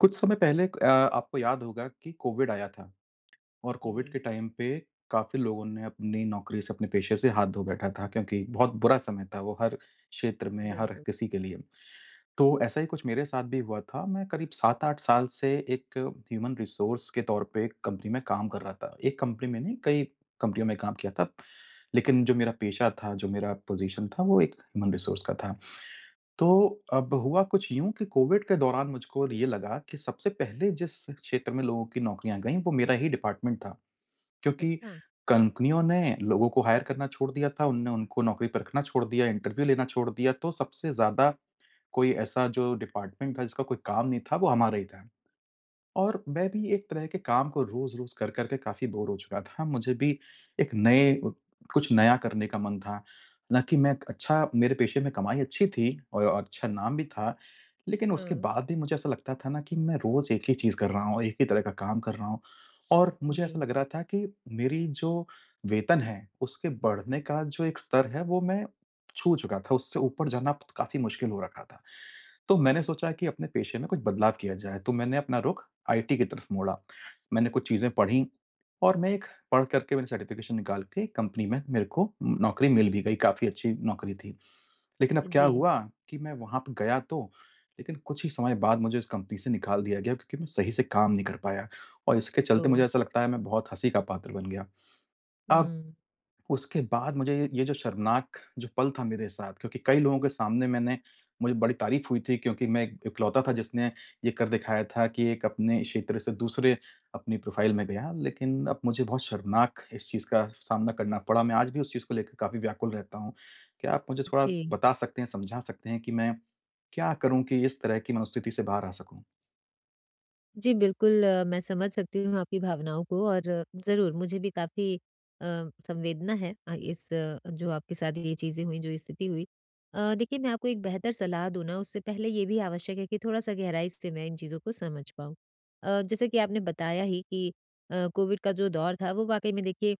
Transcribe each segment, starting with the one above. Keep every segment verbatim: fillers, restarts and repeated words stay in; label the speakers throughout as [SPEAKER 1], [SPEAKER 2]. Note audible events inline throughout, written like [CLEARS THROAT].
[SPEAKER 1] कुछ समय पहले अ, आपको याद होगा कि कोविड आया था और कोविड
[SPEAKER 2] जी,
[SPEAKER 1] के टाइम पे काफ़ी लोगों ने अपनी नौकरी से, अपने पेशे से हाथ धो बैठा था क्योंकि बहुत बुरा समय था वो हर क्षेत्र में, हर
[SPEAKER 2] बिल्कुल।
[SPEAKER 1] किसी के लिए। तो ऐसा ही कुछ मेरे साथ भी हुआ था। मैं करीब सात आठ साल से एक ह्यूमन रिसोर्स के तौर पे एक कंपनी में काम कर रहा था। एक कंपनी में नहीं, कई कंपनियों में काम किया था। लेकिन जो मेरा पेशा था, जो मेरा पोज़ीशन था, वो एक ह्यूमन रिसोर्स का था। तो अब हुआ कुछ यूँ कि कोविड के दौरान मुझको ये लगा कि सबसे पहले जिस क्षेत्र में लोगों की नौकरियाँ गईं, वो मेरा ही डिपार्टमेंट था। क्योंकि
[SPEAKER 2] अच्छा,
[SPEAKER 1] कंपनियों ने लोगों को हायर करना छोड़ दिया था, उनने उनको नौकरी पर रखना छोड़ दिया, इंटरव्यू लेना छोड़ दिया, तो सबसे ज़्यादा कोई ऐसा जो डिपार्टमेंट था, जिसका कोई काम नहीं था, वो हमारा ही था। और मैं भी एक तरह के काम को रोज़-रोज़ कर-कर के काफ़ी बोर हो चुका था। मुझे भी एक नए अ, कुछ नया करने का मन था। हालाँकि मैं एक अच्छा मेरे पेशे में कमाई अच्छी थी और अच्छा नाम भी था। लेकिन उसके
[SPEAKER 2] हाँ,
[SPEAKER 1] बाद भी मुझे ऐसा लगता था ना कि मैं रोज़ एक ही चीज़ कर रहा हूँ, एक ही तरह का काम कर रहा हूँ। और मुझे ऐसा
[SPEAKER 2] जी,
[SPEAKER 1] लग रहा था कि मेरी जो वेतन है, उसके बढ़ने का जो एक स्तर है, वो मैं छू चुका था। उससे ऊपर जाना काफ़ी मुश्किल हो रखा था। तो मैंने सोचा कि अपने पेशे में कुछ बदलाव किया जाए, तो मैंने अपना रुख आईटी की तरफ मोड़ा। मैंने कुछ चीज़ें पढ़ी और मैं एक पढ़ कर के मैंने सर्टिफ़िकेशन निकाल के एक कंपनी में मेरे को नौकरी मिल भी गई, काफ़ी अच्छी नौकरी थी। लेकिन अब क्या
[SPEAKER 2] जी,
[SPEAKER 1] हुआ कि मैं वहाँ पे गया तो, लेकिन कुछ ही समय बाद मुझे उस कंपनी से निकाल दिया गया क्योंकि मैं सही से काम नहीं कर पाया और इसके चलते
[SPEAKER 2] ओह!
[SPEAKER 1] मुझे ऐसा लगता है मैं बहुत हँसी का पात्र बन गया। अब
[SPEAKER 2] हुँ,
[SPEAKER 1] उसके बाद मुझे ये ये जो शर्मनाक जो पल था मेरे साथ, क्योंकि कई लोगों के सामने मैंने मुझे बड़ी तारीफ़ हुई थी क्योंकि मैं एक इकलौता था जिसने ये कर दिखाया था कि एक अपने क्षेत्र से दूसरे अपनी प्रोफ़ाइल में गया। लेकिन अब मुझे बहुत शर्मनाक इस चीज़ का सामना करना पड़ा। मैं आज भी उस चीज़ को लेकर काफ़ी व्याकुल रहता हूँ। क्या आप मुझे थोड़ा
[SPEAKER 2] जी।
[SPEAKER 1] बता सकते हैं, समझा सकते हैं कि मैं क्या करूँ कि इस तरह की मनोस्थिति से बाहर आ सकूँ?
[SPEAKER 2] जी, बिल्कुल अ, मैं समझ सकती हूँ आपकी भावनाओं को, और ज़रूर मुझे भी काफ़ी अ, संवेदना है अ, इस अ, जो आपके साथ ये चीज़ें हुईं, जो स्थिति हुई। अ, देखिए, मैं आपको एक बेहतर सलाह दूँ ना, उससे पहले ये भी आवश्यक है कि थोड़ा-सा गहराई से मैं इन चीज़ों को समझ पाऊँ। अ, जैसे कि आपने बताया ही कि अ, कोविड का जो दौर था, वो वाक़ई में देखिए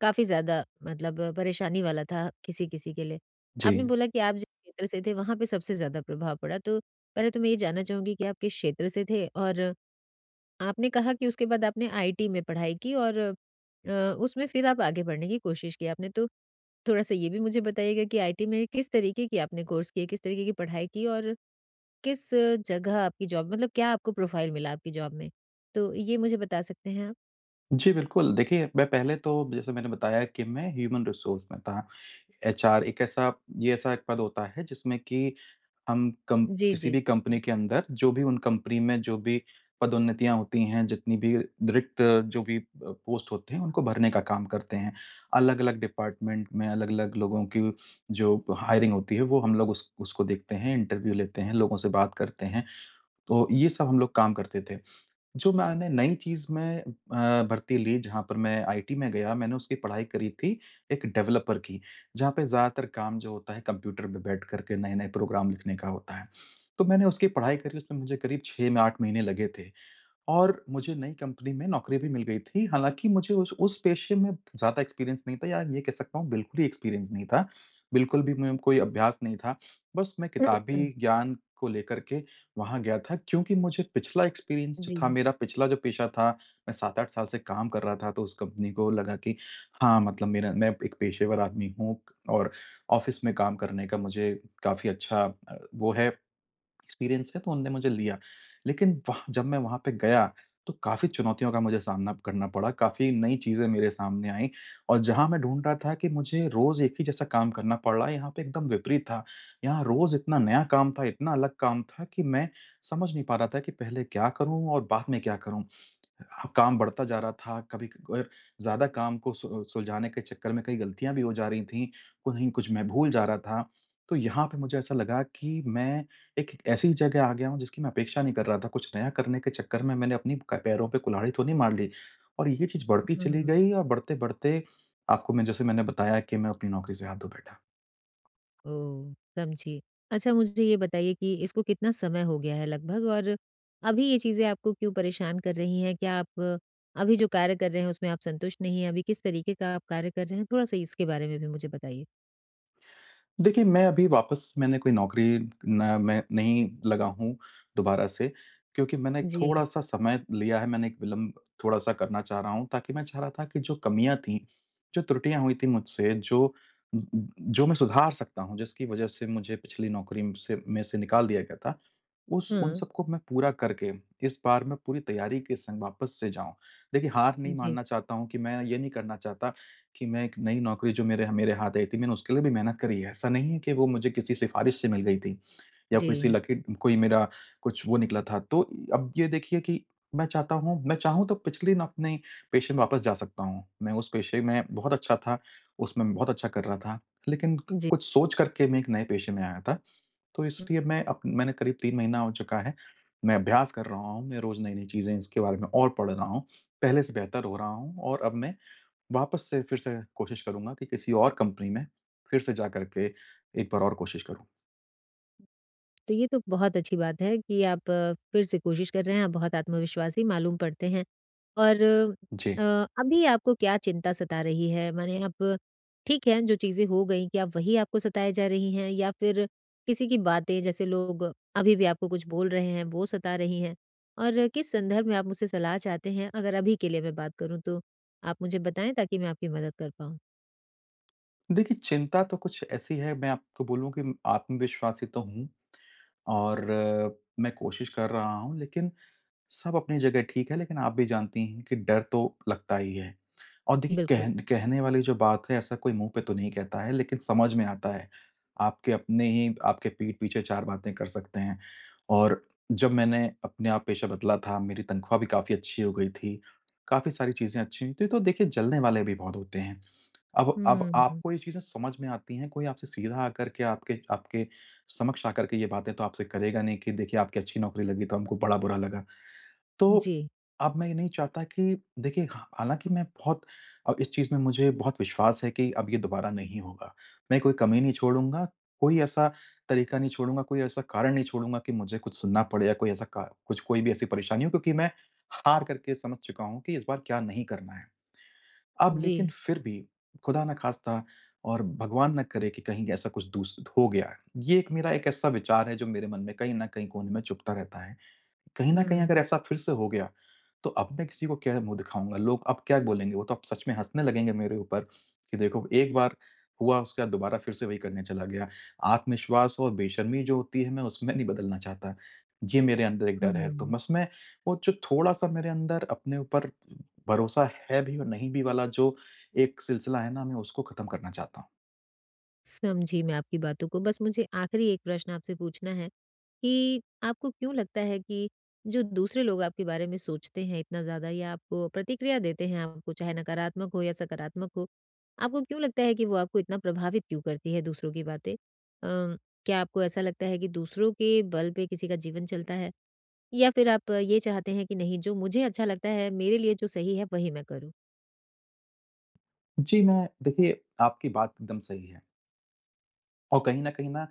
[SPEAKER 2] काफ़ी ज़्यादा मतलब परेशानी वाला था किसी-किसी के लिए।
[SPEAKER 1] जी।
[SPEAKER 2] आपने बोला कि आप जिस क्षेत्र से थे, वहाँ पे सबसे ज़्यादा प्रभाव पड़ा, तो पहले तो मैं ये जानना चाहूँगी कि आप किस क्षेत्र से थे? और आपने कहा कि उसके बाद आपने आईटी में पढ़ाई की, और अ, उसमें फिर आप आगे बढ़ने की कोशिश की आपने, तो थोड़ा-सा ये भी मुझे बताइएगा कि आईटी में किस तरीके की आपने कोर्स किए, किस तरीके की पढ़ाई की, और किस जगह आपकी जॉब, मतलब क्या आपको प्रोफाइल मिला आपकी जॉब में? तो ये मुझे बता सकते हैं आप?
[SPEAKER 1] जी, बिल्कुल। देखिए, मैं पहले तो जैसे मैंने बताया कि मैं ह्यूमन रिसोर्स में था। एचआर एक ऐसा ये ऐसा एक पद होता है जिसमें कि हम कम
[SPEAKER 2] जी,
[SPEAKER 1] किसी
[SPEAKER 2] जी,
[SPEAKER 1] भी
[SPEAKER 2] जी, जी।
[SPEAKER 1] कंपनी के अंदर जो भी उन कंपनी में जो भी पदोन्नतियाँ होती हैं, जितनी भी रिक्त जो भी अ, पोस्ट होते हैं, उनको भरने का काम करते हैं। अलग-अलग डिपार्टमेंट में अलग-अलग लोगों की जो हायरिंग होती है, वो हम लोग उस उसको देखते हैं, इंटरव्यू लेते हैं, लोगों से बात करते हैं। तो ये सब हम लोग काम करते थे। जो मैंने नई चीज़ में अ, भर्ती ली, जहाँ पर मैं आईटी में गया, मैंने उसकी पढ़ाई करी थी एक डेवलपर की, जहाँ पे ज़्यादातर काम जो होता है कंप्यूटर पे बैठ कर के नए-नए प्रोग्राम लिखने का होता है। तो मैंने उसकी पढ़ाई करी, उसमें मुझे करीब छह में आठ महीने लगे थे। और मुझे नई कंपनी में नौकरी भी मिल गई थी। हालाँकि मुझे उस उस पेशे में ज़्यादा एक्सपीरियंस नहीं था, या ये कह सकता हूँ बिल्कुल ही एक्सपीरियंस नहीं था। बिल्कुल भी मुझे कोई अभ्यास नहीं था। बस मैं किताबी
[SPEAKER 2] [CLEARS THROAT] [LAUGHS]
[SPEAKER 1] ज्ञान को लेकर के वहाँ गया था, क्योंकि मुझे पिछला एक्सपीरियंस जो था,
[SPEAKER 2] जी।
[SPEAKER 1] मेरा पिछला जो पेशा था, मैं सात आठ साल से काम कर रहा था, तो उस कंपनी को लगा कि हाँ, मतलब मेरा मैं एक पेशेवर आदमी हूँ और ऑफ़िस में काम करने का मुझे काफ़ी अच्छा अ, वो है एक्सपीरियंस है, तो उनने मुझे लिया। लेकिन वह जब मैं वहाँ पे गया तो काफ़ी चुनौतियों का मुझे सामना करना पड़ा, काफ़ी नई चीज़ें मेरे सामने आईं और जहाँ मैं ढूँढ रहा था कि मुझे रोज़ एक ही जैसा काम करना पड़ रहा है, यहाँ पे एकदम विपरीत था। यहाँ रोज़ इतना नया काम था, इतना अलग काम था कि मैं समझ नहीं पा रहा था कि पहले क्या करूँ और बाद में क्या करूँ? हाँ, काम बढ़ता जा रहा था, कभी क अ, ज़्यादा काम को सु सुलझाने के चक्कर में कई गलतियाँ भी हो जा रही थीं, कहीं कुछ मैं भूल जा रहा था। तो यहाँ पे मुझे ऐसा लगा कि मैं एक एक ऐसी जगह आ गया हूँ जिसकी मैं अपेक्षा नहीं कर रहा था, कुछ नया करने के चक्कर में मैंने अपनी क पैरों पे कुल्हाड़ी तो नहीं मार ली। और ये चीज़ बढ़ती चली
[SPEAKER 2] हुँ।
[SPEAKER 1] गई और बढ़ते-बढ़ते आपको, मैं जैसे मैंने बताया, कि मैं अपनी नौकरी से हाथ धो बैठा।
[SPEAKER 2] ओह! समझी। अच्छा, मुझे ये बताइए कि इसको कितना समय हो गया है लगभग, और अभी ये चीज़ें आपको क्यों परेशान कर रही हैं? क्या आप अभी जो कार्य कर रहे हैं, उसमें आप संतुष्ट नहीं हैं? अभी किस तरीके का आप कार्य कर रहे हैं? थोड़ा-सा इसके बारे में भी मुझे बताइए।
[SPEAKER 1] देखिए, मैं अभी वापस मैंने कोई नौकरी न मैं नहीं लगा हूँ दोबारा से, क्योंकि मैंने एक
[SPEAKER 2] जी।
[SPEAKER 1] थोड़ा-सा समय लिया है, मैंने एक विलंब थोड़ा-सा करना चाह रहा हूँ, ताकि मैं चाह रहा था कि जो कमियाँ थीं, जो त्रुटियाँ हुई थीं मुझसे, जो जो मैं सुधार सकता हूँ, जिसकी वजह से मुझे पिछली नौकरी से में से निकाल दिया गया था, उस उन
[SPEAKER 2] हाँ।
[SPEAKER 1] सबको मैं पूरा करके, इस बार मैं पूरी तैयारी के संग वापस से जाऊँ। देखिए, हार नहीं
[SPEAKER 2] जी।
[SPEAKER 1] मानना चाहता हूँ कि मैं ये नहीं करना चाहता कि मैं एक नई नौकरी जो मेरे मेरे हाथ आई थी, मैंने उसके लिए भी मेहनत करी है। ऐसा नहीं है कि वो मुझे किसी सिफ़ारिश से मिल गई थी। या कोई से
[SPEAKER 2] जी।
[SPEAKER 1] लकी कोई मेरा कुछ वो निकला था। तो अब ये देखिए कि मैं चाहता हूँ मैं चाहूँ तो पिछले ना अपने पेशे में वापस जा सकता हूँ। मैं उस पेशे में बहुत अच्छा था, उसमें मैं बहुत अच्छा कर रहा था। लेकिन
[SPEAKER 2] जी।
[SPEAKER 1] कुछ सोच करके मैं एक नए पेशे में आया था। तो
[SPEAKER 2] हुँ।
[SPEAKER 1] इसलिए मैं अब मैंने करीब तीन महीना हो चुका है। मैं अभ्यास कर रहा हूँ, मैं रोज़ नई-नई चीज़ें इसके बारे में और पढ़ रहा हूँ। पहले से बेहतर हो रहा हूँ और अब मैं वापस से फिर से कोशिश करूँगा कि किसी और कंपनी में फिर से जा कर के एक बार और कोशिश करूँ।
[SPEAKER 2] तो ये तो बहुत अच्छी बात है कि आप अ, फिर से कोशिश कर रहे हैं, आप बहुत आत्मविश्वासी मालूम पड़ते हैं। और
[SPEAKER 1] जी।
[SPEAKER 2] अ, अभी आपको क्या चिंता सता रही है? माने आप ठीक है, जो चीज़ें हो गई, क्या वही आपको सताए जा रही हैं, या फिर किसी की बातें, जैसे लोग अभी भी आपको कुछ बोल रहे हैं, वो सता रही हैं? और किस संदर्भ में आप मुझसे सलाह चाहते हैं? अगर अभी के लिए मैं बात करूँ, तो आप मुझे बताएँ ताकि मैं आपकी मदद कर पाऊँ।
[SPEAKER 1] देखिए, चिंता तो कुछ ऐसी है, मैं आपको बोलूँ कि आत्मविश्वासी तो हूँ और अ, मैं कोशिश कर रहा हूँ, लेकिन सब अपनी जगह ठीक है, लेकिन आप भी जानती हैं कि डर तो लगता ही है। और देखिए
[SPEAKER 2] बिल्कुल।
[SPEAKER 1] कहन कहने वाली जो बात है, ऐसा कोई मुँह पे तो नहीं कहता है, लेकिन समझ में आता है। आपके अपने ही आपके पीठ पीछे चार बातें कर सकते हैं। और जब मैंने अपने आप पेशा बदला था, मेरी तनख्वाह भी काफ़ी अच्छी हो गई थी, काफ़ी सारी चीज़ें अच्छी हुई थी, तो देखिए जलने वाले भी बहुत होते हैं। अब अब
[SPEAKER 2] हुँ,
[SPEAKER 1] आपको ये चीज़ें समझ में आती हैं, कोई आपसे सीधा आकर के आपके आपके समक्ष आकर के ये बातें तो आपसे करेगा नहीं कि देखिए आपकी अच्छी नौकरी लगी तो हमको बड़ा बुरा लगा। तो
[SPEAKER 2] जी,
[SPEAKER 1] अब मैं ये नहीं चाहता कि देखिए, हाँ, हालाँकि मैं बहुत अ, इस चीज़ में मुझे बहुत विश्वास है कि अब ये दोबारा नहीं होगा। मैं कोई कमी नहीं छोड़ूँगा, कोई ऐसा तरीका नहीं छोड़ूँगा, कोई ऐसा कारण नहीं छोड़ूँगा कि मुझे कुछ सुनना पड़े, या कोई ऐसा का कुछ कोई भी ऐसी परेशानी हो, क्योंकि मैं हार करके समझ चुका हूँ कि इस बार क्या नहीं करना है। अब
[SPEAKER 2] जी।
[SPEAKER 1] लेकिन फिर भी खुदा ना ख़ास्ता और भगवान ना करे कि कहीं ऐसा कुछ दूस हो गया। ये एक मेरा एक ऐसा विचार है जो मेरे मन में कहीं न कहीं कोने में चुभता रहता है। कहीं न कहीं
[SPEAKER 2] हुँ,
[SPEAKER 1] अगर ऐसा फिर से हो गया, तो अब मैं किसी को क्या मुँह दिखाऊँगा? लोग अब क्या बोलेंगे? वो तो अब सच में हँसने लगेंगे मेरे ऊपर कि देखो एक बार हुआ, उसके बाद दोबारा फिर से वही करने चला गया। आत्मविश्वास और बेशर्मी जो होती है, मैं उसमें नहीं बदलना चाहता। ये मेरे अंदर एक डर है। तो
[SPEAKER 2] हुँ।
[SPEAKER 1] बस मैं वो जो थोड़ा-सा मेरे अंदर अपने ऊपर भरोसा है भी और नहीं भी वाला जो एक सिलसिला है ना, मैं उसको खत्म करना चाहता हूँ।
[SPEAKER 2] समझी मैं आपकी बातों को। बस मुझे आखिरी एक प्रश्न आपसे पूछना है कि आपको क्यों लगता है कि जो दूसरे लोग आपके बारे में सोचते हैं इतना ज़्यादा, या आपको प्रतिक्रिया देते हैं, आपको चाहे नकारात्मक हो या सकारात्मक हो, आपको क्यों लगता है कि वो आपको इतना प्रभावित क्यों करती है दूसरों की बातें? अ, क्या आपको ऐसा लगता है कि दूसरों के बल पे किसी का जीवन चलता है? या फिर आप ये चाहते हैं कि नहीं, जो मुझे अच्छा लगता है, मेरे लिए जो सही है, वही मैं करूँ?
[SPEAKER 1] जी, मैं देखिए आपकी बात एकदम सही है। और कहीं न कहीं ना,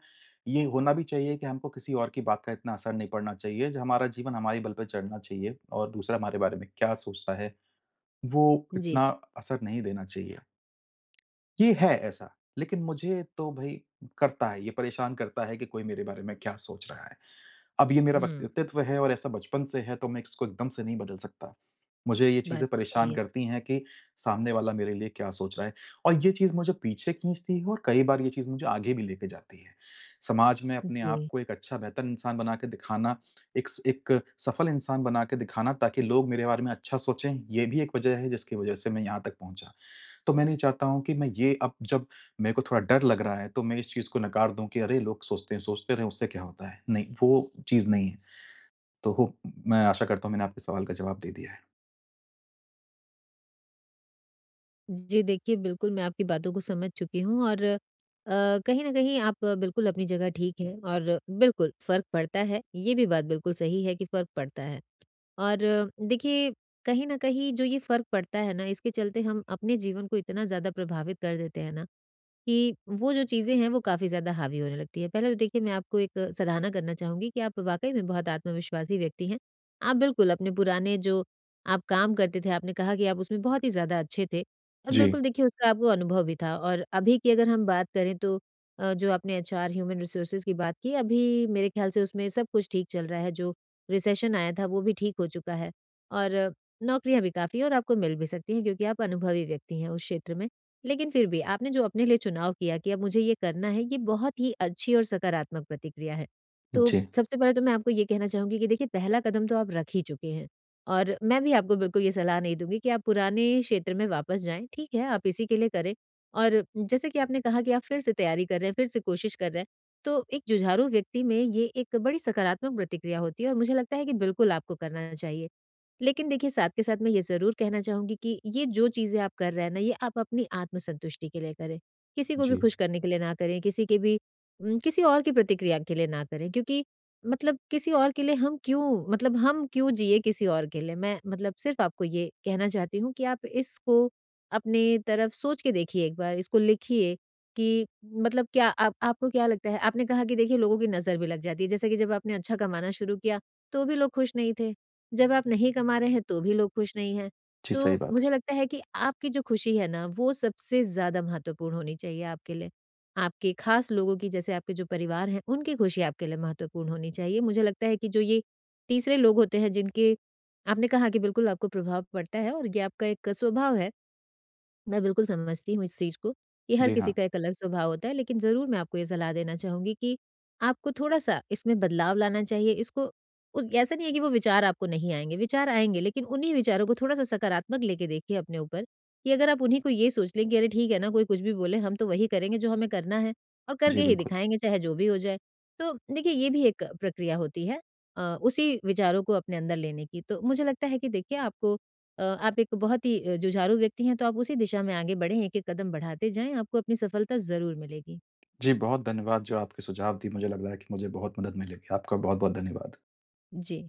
[SPEAKER 1] ये होना भी चाहिए कि हमको किसी और की बात का इतना असर नहीं पड़ना चाहिए, जो हमारा जीवन हमारे बल पे चलना चाहिए, और दूसरा हमारे बारे में क्या सोचता है, वो
[SPEAKER 2] जी।
[SPEAKER 1] इतना असर नहीं देना चाहिए। ये है ऐसा, लेकिन मुझे तो भई करता है, ये परेशान करता है कि कोई मेरे बारे में क्या सोच रहा है। अब ये मेरा
[SPEAKER 2] हुँ,
[SPEAKER 1] व्यक्तित्व है और ऐसा बचपन से है, तो मैं इसको एकदम से नहीं बदल सकता। मुझे ये चीज़ें
[SPEAKER 2] बात तो सही
[SPEAKER 1] परेशान
[SPEAKER 2] है।
[SPEAKER 1] करती हैं कि सामने वाला मेरे लिए क्या सोच रहा है, और ये चीज़ मुझे पीछे खींचती है और कई बार ये चीज़ मुझे आगे भी लेके जाती है। समाज में अपने आप
[SPEAKER 2] जी।
[SPEAKER 1] को एक अच्छा बेहतर इंसान बना के दिखाना, एक स एक सफल इंसान बना के दिखाना, ताकि लोग मेरे बारे में अच्छा सोचें, ये भी एक वजह है जिसकी वजह से मैं यहाँ तक पहुँचा। तो मैं नहीं चाहता हूँ कि मैं ये अब, जब मेरे को थोड़ा डर लग रहा है, तो मैं इस चीज़ को नकार दूँ कि अरे लोग सोचते हैं, सोचते रहें, उससे क्या होता है? नहीं, वो चीज़ नहीं है। तो हो मैं आशा करता हूँ मैंने आपके सवाल का जवाब दे दिया है।
[SPEAKER 2] जी, देखिए, बिल्कुल मैं आपकी बातों को समझ चुकी हूँ, और अ, कहीं न कहीं आप अ, बिल्कुल अपनी जगह ठीक हैं, और बिल्कुल फ़र्क पड़ता है, ये भी बात बिल्कुल सही है कि फ़र्क पड़ता है। और अ, देखिए, कहीं न कहीं जो ये फ़र्क पड़ता है ना, इसके चलते हम अपने जीवन को इतना ज़्यादा प्रभावित कर देते हैं ना, कि वो जो चीज़ें हैं, वो काफ़ी ज़्यादा हावी होने लगती है। पहले तो देखिए, मैं आपको एक सराहना करना चाहूँगी कि आप वाक़ई में बहुत आत्मविश्वासी व्यक्ति हैं। आप बिल्कुल अपने पुराने जो आप काम करते थे, आपने कहा कि आप उसमें बहुत ही ज़्यादा अच्छे थे, और
[SPEAKER 1] जी,
[SPEAKER 2] बिल्कुल देखिए, उसका आपको अनुभव भी था, और अभी की अगर हम बात करें, तो अ, जो आपने एचआर, ह्यूमन रिसोर्सेज़ की बात की, अभी मेरे ख़्याल से उसमें सब कुछ ठीक चल रहा है। जो रिसेशन आया था, वो भी ठीक हो चुका है, और नौकरियाँ भी काफ़ी हैं, और आपको मिल भी सकती हैं क्योंकि आप अनुभवी व्यक्ति हैं उस क्षेत्र में। लेकिन फिर भी आपने जो अपने लिए चुनाव किया कि अब मुझे ये करना है, ये बहुत ही अच्छी और सकारात्मक प्रतिक्रिया है। तो
[SPEAKER 1] जी।
[SPEAKER 2] सबसे पहले तो मैं आपको ये कहना चाहूँगी कि देखिए, पहला कदम तो आप रख ही चुके हैं, और मैं भी आपको बिल्कुल ये सलाह नहीं दूँगी कि आप पुराने क्षेत्र में वापस जाएँ, ठीक है? आप इसी के लिए करें। और जैसे कि आपने कहा कि आप फिर से तैयारी कर रहे हैं, फिर से कोशिश कर रहे हैं, तो एक जुझारू व्यक्ति में ये एक बड़ी सकारात्मक प्रतिक्रिया होती है, और मुझे लगता है कि बिल्कुल आपको करना चाहिए। लेकिन देखिए, साथ के साथ मैं ये ज़रूर कहना चाहूँगी कि ये जो चीज़ें आप कर रहे हैं ना, ये आप अपनी आत्मसंतुष्टि के लिए करें। किसी को भी
[SPEAKER 1] जी,
[SPEAKER 2] खुश करने के लिए ना करें, किसी के भी उम, किसी और की प्रतिक्रिया के लिए ना करें। क्योंकि मतलब किसी और के लिए हम क्यों मतलब हम क्यों जिए किसी और के लिए? मैं मतलब सिर्फ़ आपको ये कहना चाहती हूँ कि आप इसको अपने तरफ सोच के देखिए एक बार, इसको लिखिए कि मतलब क्या आप आपको क्या लगता है? आपने कहा कि देखिए, लोगों की नज़र भी लग जाती है, जैसे कि जब आपने अच्छा कमाना शुरू किया, तो भी लोग खुश नहीं थे। जब आप नहीं कमा रहे हैं, तो भी लोग खुश नहीं हैं।
[SPEAKER 1] जी,
[SPEAKER 2] तो
[SPEAKER 1] सही बात है।
[SPEAKER 2] मुझे लगता है कि आपकी जो खुशी है ना, वो सबसे ज़्यादा महत्वपूर्ण होनी चाहिए आपके लिए। आपके खास लोगों की, जैसे आपके जो परिवार हैं, उनकी खुशी आपके लिए महत्वपूर्ण होनी चाहिए। मुझे लगता है कि जो ये तीसरे लोग होते हैं, जिनके आपने कहा कि बिल्कुल आपको प्रभाव पड़ता है, और ये आपका एक स्वभाव है। मैं बिल्कुल समझती हूँ इस चीज़ को कि हर
[SPEAKER 1] जी हाँ,
[SPEAKER 2] किसी का एक अलग स्वभाव होता है, लेकिन ज़रूर मैं आपको ये सलाह देना चाहूँगी कि आपको थोड़ा-सा इसमें बदलाव लाना चाहिए। इसको उस ऐसा नहीं है कि वो विचार आपको नहीं आएँगे, विचार आएँगे, लेकिन उन्हीं विचारों को थोड़ा-सा सकारात्मक लेके देखिए अपने ऊपर, कि अगर आप उन्हीं को ये सोच लें कि अरे ठीक है ना, कोई कुछ भी बोले, हम तो वही करेंगे जो हमें करना है, और
[SPEAKER 1] जी
[SPEAKER 2] करके ही
[SPEAKER 1] बिल्कुल।
[SPEAKER 2] दिखाएँगे, चाहे जो भी हो जाए। तो देखिए, ये भी एक प्रक्रिया होती है अ, उसी विचारों को अपने अंदर लेने की। तो मुझे लगता है कि देखिए आपको अ, आप एक बहुत ही अ, जुझारू व्यक्ति हैं, तो आप उसी दिशा में आगे बढ़ें, एक-एक कदम बढ़ाते जाएँ, आपको अपनी सफलता ज़रूर मिलेगी।
[SPEAKER 1] जी, बहुत धन्यवाद, जो आपके सुझाव दिए मुझे लग रहा है कि मुझे बहुत मदद मिलेगी। आपका बहुत-बहुत धन्यवाद।
[SPEAKER 2] जी।